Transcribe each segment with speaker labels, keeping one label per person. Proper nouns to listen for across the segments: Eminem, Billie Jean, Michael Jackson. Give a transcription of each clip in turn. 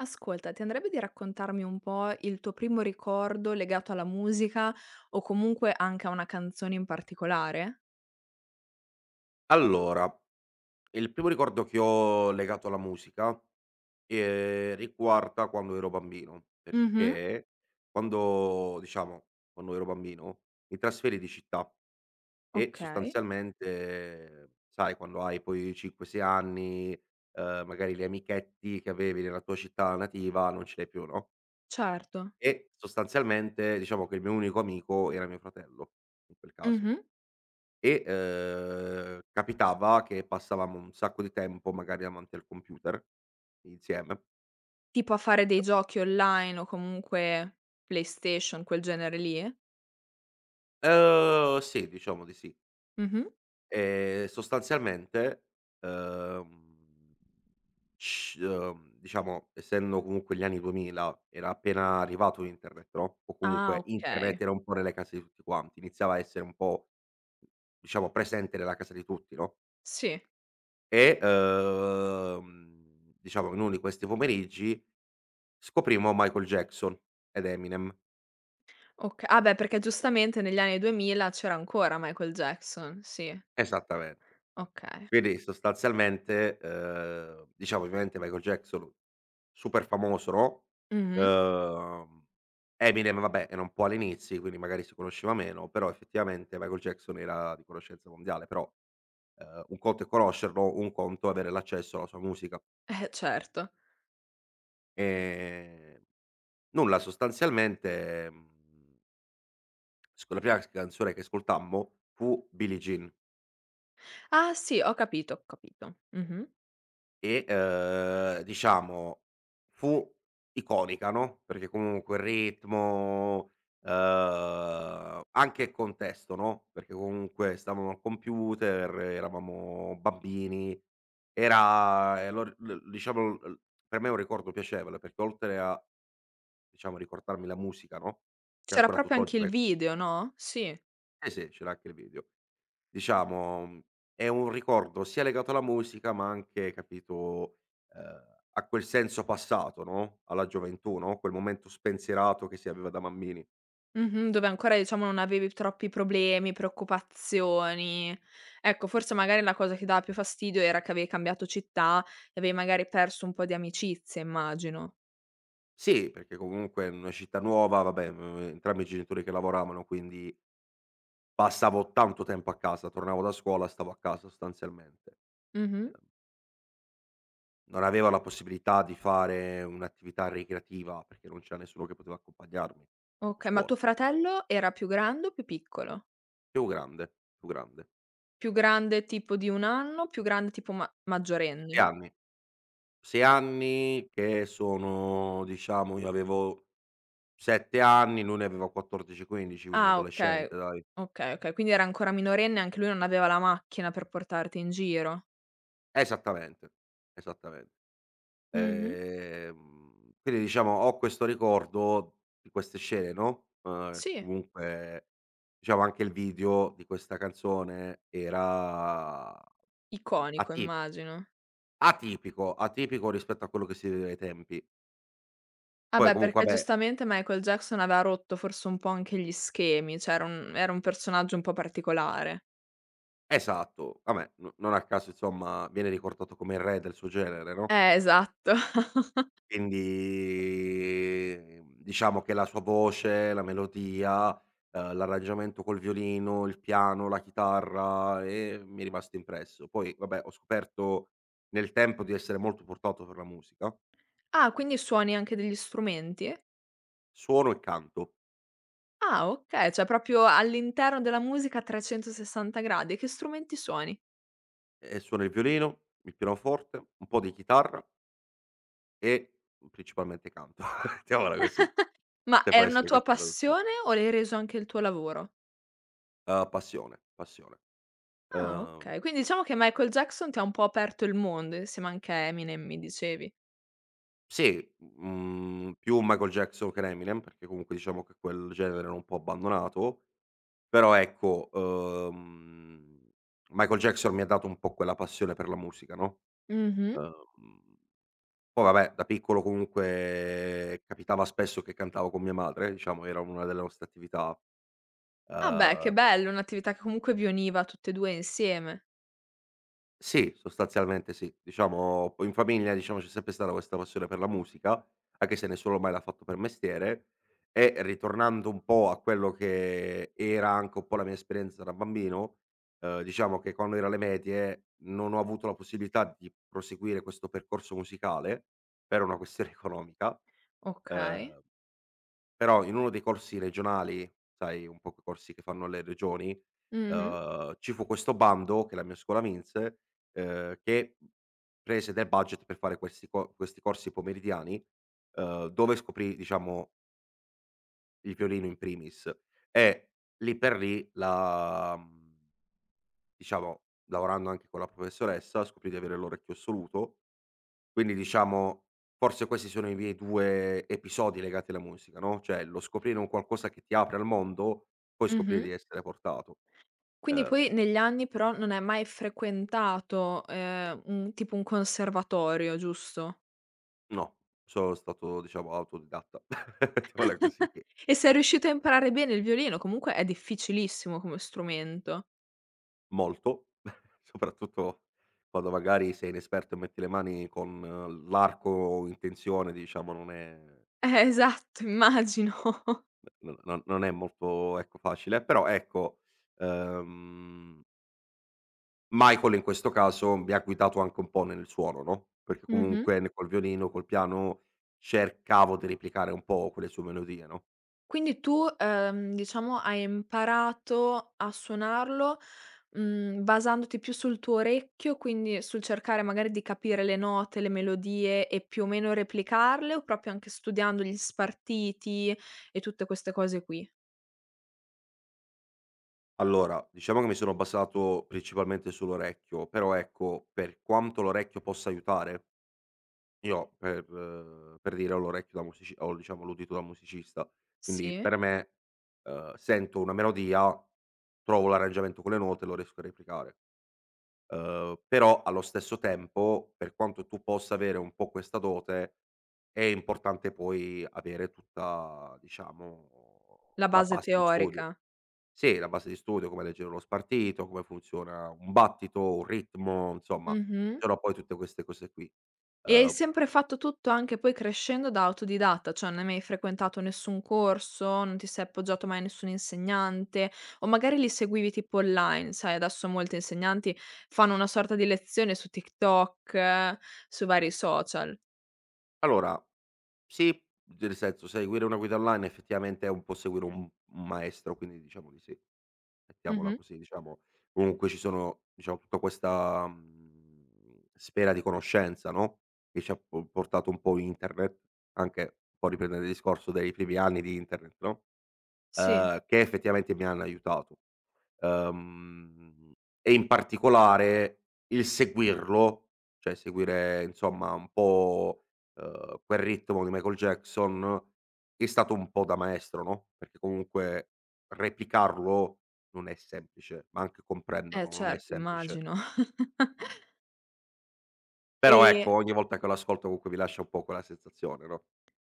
Speaker 1: Ascolta, ti andrebbe di raccontarmi un po' il tuo primo ricordo legato alla musica o comunque anche a una canzone in particolare?
Speaker 2: Allora, il primo ricordo che ho legato alla musica, riguarda quando ero bambino,
Speaker 1: Mh-mh.
Speaker 2: perché quando diciamo, quando ero bambino, mi trasferii di città e
Speaker 1: Okay.
Speaker 2: sostanzialmente, sai quando hai poi 5, 6 anni, magari gli amichetti che avevi nella tua città nativa non ce li hai più, no,
Speaker 1: Certo.
Speaker 2: e sostanzialmente diciamo che il mio unico amico era mio fratello, in quel caso.
Speaker 1: Mh-mh.
Speaker 2: E, capitava che passavamo un sacco di tempo magari davanti al computer insieme.
Speaker 1: Tipo a fare dei giochi online o comunque PlayStation, quel genere lì?
Speaker 2: Sì, diciamo di sì.
Speaker 1: Mh-mh.
Speaker 2: Sostanzialmente, uhm, sc diciamo, essendo comunque gli anni 2000 era appena arrivato internet, no, o
Speaker 1: Ah,
Speaker 2: comunque
Speaker 1: okay.
Speaker 2: internet era un po' nelle case di tutti quanti, iniziava a essere un po' diciamo presente nella casa di tutti, no,
Speaker 1: Sì.
Speaker 2: e, diciamo in uno di questi pomeriggi scoprimo Michael Jackson ed Eminem.
Speaker 1: Oka ah beh, perché giustamente negli anni 2000 c'era ancora Michael Jackson, sì.
Speaker 2: Esattamente.
Speaker 1: Okay.
Speaker 2: Quindi sostanzialmente, diciamo ovviamente Michael Jackson super famoso, no,
Speaker 1: Mh-mh.
Speaker 2: ehm, Eminem vabbè era un po' agli inizi, quindi magari si conosceva meno, però effettivamente Michael Jackson era di conoscenza mondiale, però, un conto è conoscerlo, un conto è avere l'accesso alla sua musica.
Speaker 1: Certo.
Speaker 2: Ehm, nulla sostanzialmente, mhmm, sc la prima canzone che ascoltammo fu Billie Jean.
Speaker 1: Ah sì, ho capito, ho capito. Mh-mh.
Speaker 2: E, diciamo fu iconica, no, perché comunque il ritmo, anche il contesto, no, perché comunque stavamo al computer, eravamo bambini, era e lo r l diciamo l per me è un ricordo piacevole, perché oltre a, diciamo, ricordarmi la musica, no, che
Speaker 1: C'era
Speaker 2: ancora
Speaker 1: proprio
Speaker 2: tutt'oggi
Speaker 1: anche il
Speaker 2: me
Speaker 1: video, no? Sì.
Speaker 2: sì, sì, c'era anche il video. Diciamo, è un ricordo sia legato alla musica, ma anche, capito, a quel senso passato, no, alla gioventù, no, quel momento spensierato che si aveva da bambini.
Speaker 1: Mh-mh, dove ancora diciamo non avevi troppi problemi, preoccupazioni. Ecco, forse magari la cosa che dava più fastidio era che avevi cambiato città e avevi magari perso un po' di amicizie, immagino.
Speaker 2: Sì, perché comunque in una città nuova, vabbè, entrambi i genitori che lavoravano, quindi passavo tanto tempo a casa, tornavo da scuola, stavo a casa sostanzialmente.
Speaker 1: Mh-mh.
Speaker 2: Ehm, non avevo la possibilità di fare un'attività ricreativa, perché non c'era nessuno che poteva accompagnarmi dopo
Speaker 1: Okay, ma
Speaker 2: scuola.
Speaker 1: tuo fratello era più grande o più piccolo?
Speaker 2: Più grande, più grande.
Speaker 1: Più grande tipo di 1 anno, più grande tipo ma
Speaker 2: 6
Speaker 1: maggiorenne?
Speaker 2: anni. 6 anni che sono diciamo io avevo 7 anni, lui ne aveva 14, 15, quindi
Speaker 1: Ah, okay.
Speaker 2: adolescente dai.
Speaker 1: Okay, okay, quindi era ancora minorenne e anche lui non aveva la macchina per portarti in giro.
Speaker 2: Esattamente, esattamente.
Speaker 1: Mh-mh.
Speaker 2: Quindi diciamo ho questo ricordo di queste scene, no, che
Speaker 1: Sì,
Speaker 2: comunque diciamo anche il video di questa canzone era, mhmm,
Speaker 1: iconico
Speaker 2: ati
Speaker 1: immagino.
Speaker 2: atipico, atipico rispetto a quello che si vedeva ai tempi.
Speaker 1: Ah
Speaker 2: Poi
Speaker 1: beh,
Speaker 2: comunque
Speaker 1: perché
Speaker 2: vabbè.
Speaker 1: giustamente Michael Jackson aveva rotto forse un po' anche gli schemi, cioè era un personaggio un po' particolare.
Speaker 2: Esatto. Vabbè, no, non a caso insomma viene ricordato come il re del suo genere, no,
Speaker 1: Esatto.
Speaker 2: quindi, diciamo che la sua voce, la melodia, l'arrangiamento col violino, il piano, la chitarra, mi è rimasto impresso. Poi vabbè, ho scoperto nel tempo di essere molto portato per la musica.
Speaker 1: Ah, quindi suoni anche degli strumenti?
Speaker 2: Suono e canto,
Speaker 1: Ah okay, cioè proprio all'interno della musica a 360 gradi. Che strumenti suoni?
Speaker 2: e suono il violino, il pianoforte, un po' di chitarra e principalmente canto. Mettiamola così,
Speaker 1: Ma
Speaker 2: se
Speaker 1: è
Speaker 2: può
Speaker 1: una
Speaker 2: essere
Speaker 1: tua
Speaker 2: questa la traduzione.
Speaker 1: passione o l'hai reso anche il tuo lavoro?
Speaker 2: Passione, passione.
Speaker 1: Ah okay,
Speaker 2: Uhm,
Speaker 1: quindi diciamo che Michael Jackson ti ha un po' aperto il mondo, insieme anche a Eminem mi dicevi.
Speaker 2: sì, più Michael Jackson che Eminem, perché comunque diciamo che quel genere l'ho un po' abbandonato, però ecco, Michael Jackson mi ha dato un po' quella passione per la musica, no,
Speaker 1: Mh-mh.
Speaker 2: uhm, poi vabbè da piccolo comunque capitava spesso che cantavo con mia madre, diciamo era una delle nostre attività,
Speaker 1: Ah beh, che
Speaker 2: uhm
Speaker 1: bello, un'attività che comunque vi univa tutte e 2 insieme.
Speaker 2: sì, sostanzialmente sì. Diciamo poi in famiglia, diciamo, c'è sempre stata questa passione per la musica, anche se nessuno mai l'ha fatto per mestiere e ritornando un po' a quello che era anche un po' la mia esperienza da bambino, diciamo che quando ero alle medie non ho avuto la possibilità di proseguire questo percorso musicale per una questione economica,
Speaker 1: Okay.
Speaker 2: uhm, però in uno dei corsi regionali, sai un po' quei corsi che fanno le regioni.
Speaker 1: Mh-mh,
Speaker 2: Ci fu questo bando che la mia scuola vinse, che prese del budget per fare questi corsi pomeridiani, dove scoprì diciamo il violino in primis e lì per lì la, diciamo lavorando anche con la professoressa scoprì di avere l'orecchio assoluto, quindi diciamo forse questi sono i miei 2 episodi legati alla musica, no, cioè lo scoprire un qualcosa che ti apre al mondo, poi scoprire
Speaker 1: mh-mh.
Speaker 2: di essere portato.
Speaker 1: Quindi
Speaker 2: Ehm
Speaker 1: poi negli anni però non hai mai frequentato, un tipo un conservatorio, giusto?
Speaker 2: No, sono stato diciamo autodidatta, mettiamola così,
Speaker 1: E sei riuscito a imparare bene il violino, comunque è difficilissimo come strumento.
Speaker 2: molto, soprattutto quando magari sei inesperto e metti le mani con l'arco o in tensione diciamo non è,
Speaker 1: Esatto, immagino.
Speaker 2: n non non è molto ecco facile, però ecco, ehm, Michael in questo caso mi ha guidato anche un po' nel suono, no, perché
Speaker 1: Mh-mh.
Speaker 2: comunque ne col violino, col piano cercavo di replicare un po' quelle sue melodie, no?
Speaker 1: Quindi tu, diciamo hai imparato a suonarlo mhmm, basandoti più sul tuo orecchio, quindi sul cercare magari di capire le note, le melodie e più o meno replicarle, o proprio anche studiando gli spartiti e tutte queste cose qui?
Speaker 2: Allora, diciamo che mi sono basato principalmente sull'orecchio, però ecco, per quanto l'orecchio possa aiutare, io per dire ho l'orecchio da musici ho diciamo l'udito da musicista, quindi
Speaker 1: Sì?
Speaker 2: per me, sento una melodia, trovo l'arrangiamento con le note e lo riesco a replicare. Però allo stesso tempo, per quanto tu possa avere un po' questa dote, è importante poi avere tutta diciamo
Speaker 1: La
Speaker 2: la
Speaker 1: base
Speaker 2: base di studio.
Speaker 1: teorica.
Speaker 2: Sì, la base di studio, come leggere uno spartito, come funziona un battito, un ritmo, insomma, ci
Speaker 1: Mh-mh.
Speaker 2: sono poi tutte queste cose qui.
Speaker 1: E hai
Speaker 2: Uhm,
Speaker 1: sempre fatto tutto anche poi crescendo da autodidatta, cioè non hai mai frequentato nessun corso, non ti sei appoggiato mai a nessun insegnante o magari li seguivi tipo online, sai adesso molti insegnanti fanno una sorta di lezione su TikTok, su vari social.
Speaker 2: allora sì, nel senso seguire una guida online effettivamente è un po' seguire un maestro, quindi diciamo di sì, mettiamola
Speaker 1: Mh-mh.
Speaker 2: così, diciamo. Comunque ci sono, diciamo, tutta questa, sfera di conoscenza, no, che ci ha po portato un po' internet, anche un po' riprendere il discorso dei primi anni di internet, no,
Speaker 1: Sì.
Speaker 2: che effettivamente mi hanno aiutato. Uhm, e in particolare il seguirlo, cioè seguire insomma un po', quel ritmo di Michael Jackson, è stato un po' da maestro, no, perché comunque replicarlo non è semplice, ma anche
Speaker 1: Eh
Speaker 2: comprenderlo non è
Speaker 1: certo,
Speaker 2: semplice.
Speaker 1: immagino.
Speaker 2: Però
Speaker 1: E
Speaker 2: ecco, ogni volta che lo ascolto comunque mi lascia un po' quella sensazione, no?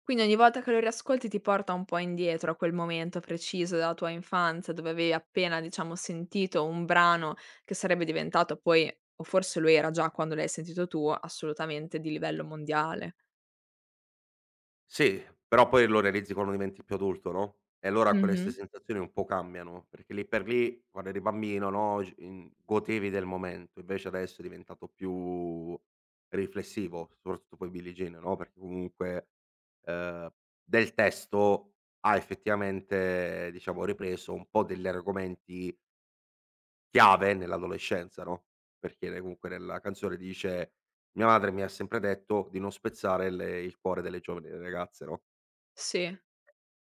Speaker 1: quindi ogni volta che lo riascolti ti porta un po' indietro a quel momento preciso della tua infanzia, dove avevi appena, diciamo, sentito un brano che sarebbe diventato poi o forse lo era già quando l'hai sentito tu, assolutamente di livello mondiale.
Speaker 2: Sì, però poi lo realizzi quando diventi più adulto, no, e allora quelle
Speaker 1: Mh-mh.
Speaker 2: ste sensazioni un po' cambiano, perché lì per lì quando eri bambino, no, g in godevi del momento, invece adesso è diventato più riflessivo, soprattutto poi Billie Jean, no, perché comunque, ehm, del testo ha effettivamente, diciamo, ripreso un po' degli argomenti chiave nell'adolescenza, no, perché ne comunque nella canzone dice: "Mia madre mi ha sempre detto di non spezzare le il cuore delle giovani ragazze", no?
Speaker 1: Sì.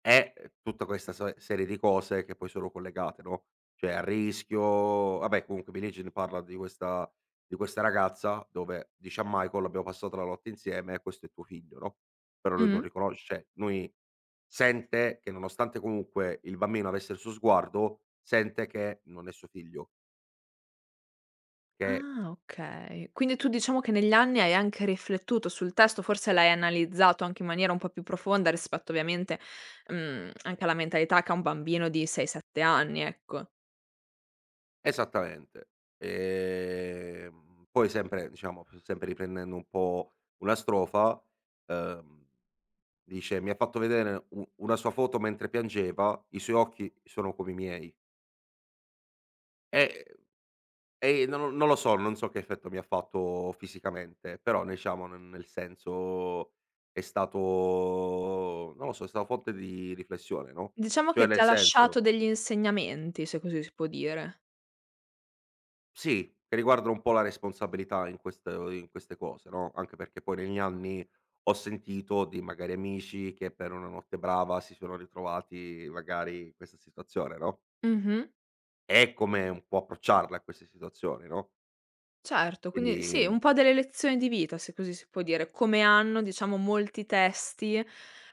Speaker 2: È, tutta questa serie di cose che poi sono collegate, no, cioè a rischio vabbè comunque Billie Jean parla di questa ragazza dove dice a Michael: "Abbiamo passato la notte insieme, questo è tuo figlio", no, però lui non
Speaker 1: Mh-mh.
Speaker 2: riconosce, cioè lui sente che nonostante comunque il bambino avesse il suo sguardo, sente che non è suo figlio, che.
Speaker 1: Ah, okay. Quindi tu diciamo che negli anni hai anche riflettuto sul testo, forse l'hai analizzato anche in maniera un po' più profonda rispetto ovviamente, mhmm, anche alla mentalità che ha un bambino di 6, 7 anni, ecco.
Speaker 2: Esattamente. Poi sempre diciamo, sempre riprendendo un po' una strofa, ehm, dice: "Mi ha fatto vedere u una sua foto mentre piangeva, i suoi occhi sono come i miei". E non lo so, non so che effetto mi ha fatto fisicamente, però diciamo, n nel senso è stato, non lo so, è stata fonte di riflessione, no,
Speaker 1: Diciamo che
Speaker 2: cioè
Speaker 1: ti ha
Speaker 2: nel senso.
Speaker 1: lasciato degli insegnamenti, se così si può dire.
Speaker 2: Sì, che riguardano un po' la responsabilità in queste cose, no, anche perché poi negli anni ho sentito di magari amici che per una notte brava si sono ritrovati magari in questa situazione, no,
Speaker 1: Mh-mh.
Speaker 2: e come un po' approcciarla a queste situazioni, no,
Speaker 1: Certo, quindi
Speaker 2: quindi,
Speaker 1: sì, un po' delle lezioni di vita, se così si può dire, come hanno diciamo molti testi,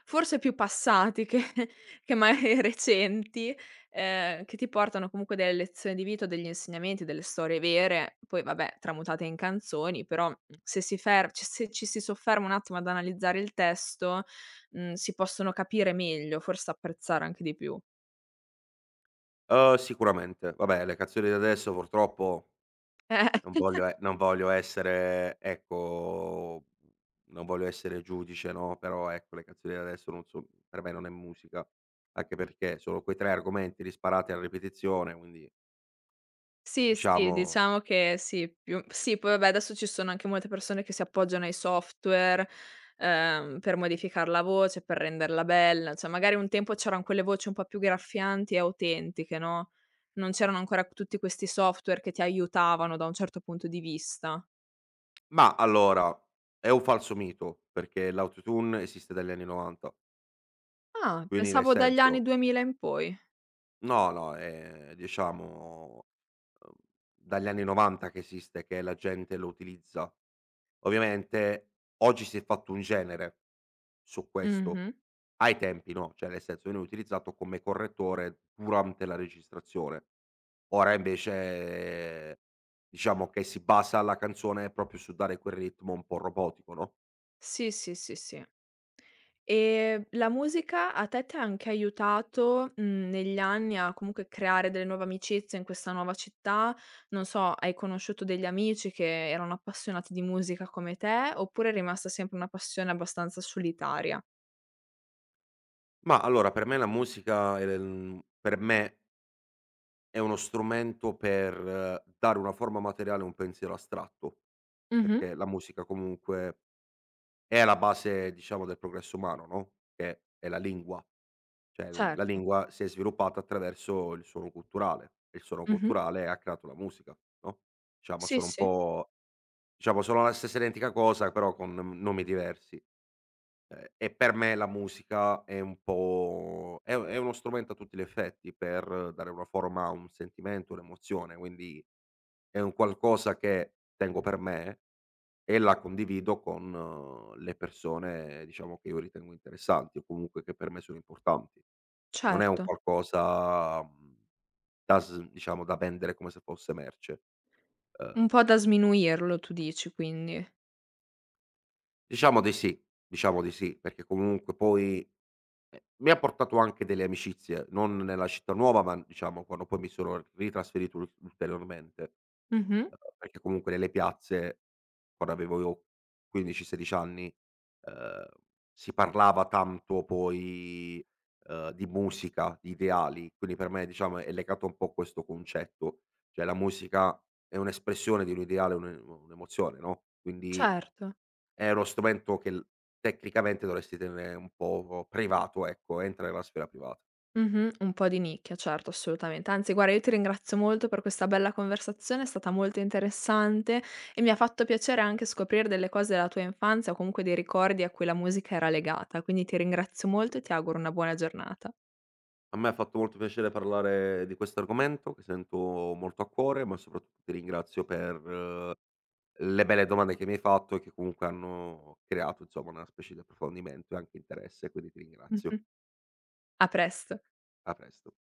Speaker 1: forse più passati che che magari recenti, che ti portano comunque delle lezioni di vita o degli insegnamenti, delle storie vere, poi vabbè tramutate in canzoni, però mm, se si fer ci se ci si sofferma un attimo ad analizzare il testo, mhmm, si possono capire meglio, forse apprezzare anche di più.
Speaker 2: sicuramente. Vabbè, le canzoni di adesso purtroppo.
Speaker 1: Eh.
Speaker 2: Non voglio essere ecco, non voglio essere giudice, no, però ecco le canzoni di adesso non so, per me non è musica, anche perché sono quei 3 argomenti disparati a ripetizione, quindi
Speaker 1: Sì, sì,
Speaker 2: diciamo.
Speaker 1: diciamo che sì, più sì, poi vabbè adesso ci sono anche molte persone che si appoggiano ai software, per modificar la voce, per renderla bella, cioè magari un tempo c'eran quelle voci un po' più graffianti e autentiche, no, non c'erano ancora tutti questi software che ti aiutavano da un certo punto di vista.
Speaker 2: Ma allora, è un falso mito, perché l'Autotune esiste dagli anni '90,
Speaker 1: Ah,
Speaker 2: quindi nel
Speaker 1: pensavo dagli anni
Speaker 2: senso.
Speaker 1: 2000 in poi.
Speaker 2: No, no, è diciamo, uhm, dagli anni '90 che esiste, che la gente lo utilizza. Ovviamente oggi si è fatto un genere su questo,
Speaker 1: Mh-mh.
Speaker 2: ai tempi no, cioè nel senso viene utilizzato come correttore durante la registrazione. Ora invece, eh, diciamo che si basa la canzone proprio su dare quel ritmo un po' robotico, no.
Speaker 1: Sì, sì, sì, sì. E la musica a te ti ha anche aiutato, mhmm, negli anni a comunque creare delle nuove amicizie in questa nuova città? Non so, hai conosciuto degli amici che erano appassionati di musica come te, oppure è rimasta sempre una passione abbastanza solitaria?
Speaker 2: Ma allora per me la musica, per me è uno strumento per, dare una forma materiale a un pensiero astratto,
Speaker 1: Mh-mh.
Speaker 2: perché la musica comunque è la base, diciamo, del progresso umano, no, che è la lingua. Cioè, la
Speaker 1: Certo.
Speaker 2: lingua si è sviluppata attraverso il suono culturale e il suono
Speaker 1: Mh-mh.
Speaker 2: culturale ha creato la musica, no, diciamo
Speaker 1: Sì,
Speaker 2: sono un
Speaker 1: sì,
Speaker 2: po', diciamo sono la stessa identica cosa, però con nomi diversi. E per me la musica è un po' è uno strumento a tutti gli effetti per dare una forma a un sentimento, un'emozione, quindi è un qualcosa che tengo per me e la condivido con, le persone, diciamo, che io ritengo interessanti o comunque che per me sono importanti. Non è un
Speaker 1: certo.
Speaker 2: qualcosa, da s diciamo, da vendere come se fosse merce. Uhm,
Speaker 1: Un po' da sminuirlo tu dici quindi.
Speaker 2: diciamo di sì, diciamo di sì, perché comunque poi, mi ha portato anche delle amicizie, non nella città nuova, ma diciamo quando poi mi sono ritrasferito ul ulteriormente.
Speaker 1: Mh-mh.
Speaker 2: Perché comunque nelle piazze, quando avevo io 15, 16 anni, uhm, si parlava tanto poi, di musica, di ideali, quindi per me diciamo è legato un po' a questo concetto, cioè la musica è un'espressione di un ideale, un'emozione, no, quindi
Speaker 1: Certo.
Speaker 2: è uno strumento che l tecnicamente dovresti tenere un po' privato, ecco, entra nella sfera privata.
Speaker 1: Mh-mh, un po' di nicchia, certo, assolutamente. Anzi guarda, io ti ringrazio molto per questa bella conversazione, è stata molto interessante e mi ha fatto piacere anche scoprire delle cose della tua infanzia o comunque dei ricordi a cui la musica era legata. Quindi ti ringrazio molto e ti auguro una buona giornata.
Speaker 2: A me ha fatto molto piacere parlare di questo argomento, che sento molto a cuore, ma soprattutto ti ringrazio per, le belle domande che mi hai fatto e che comunque hanno creato, insomma, una specie di approfondimento e anche interesse, quindi ti
Speaker 1: Mh-mh.
Speaker 2: ringrazio.
Speaker 1: A presto.
Speaker 2: A presto.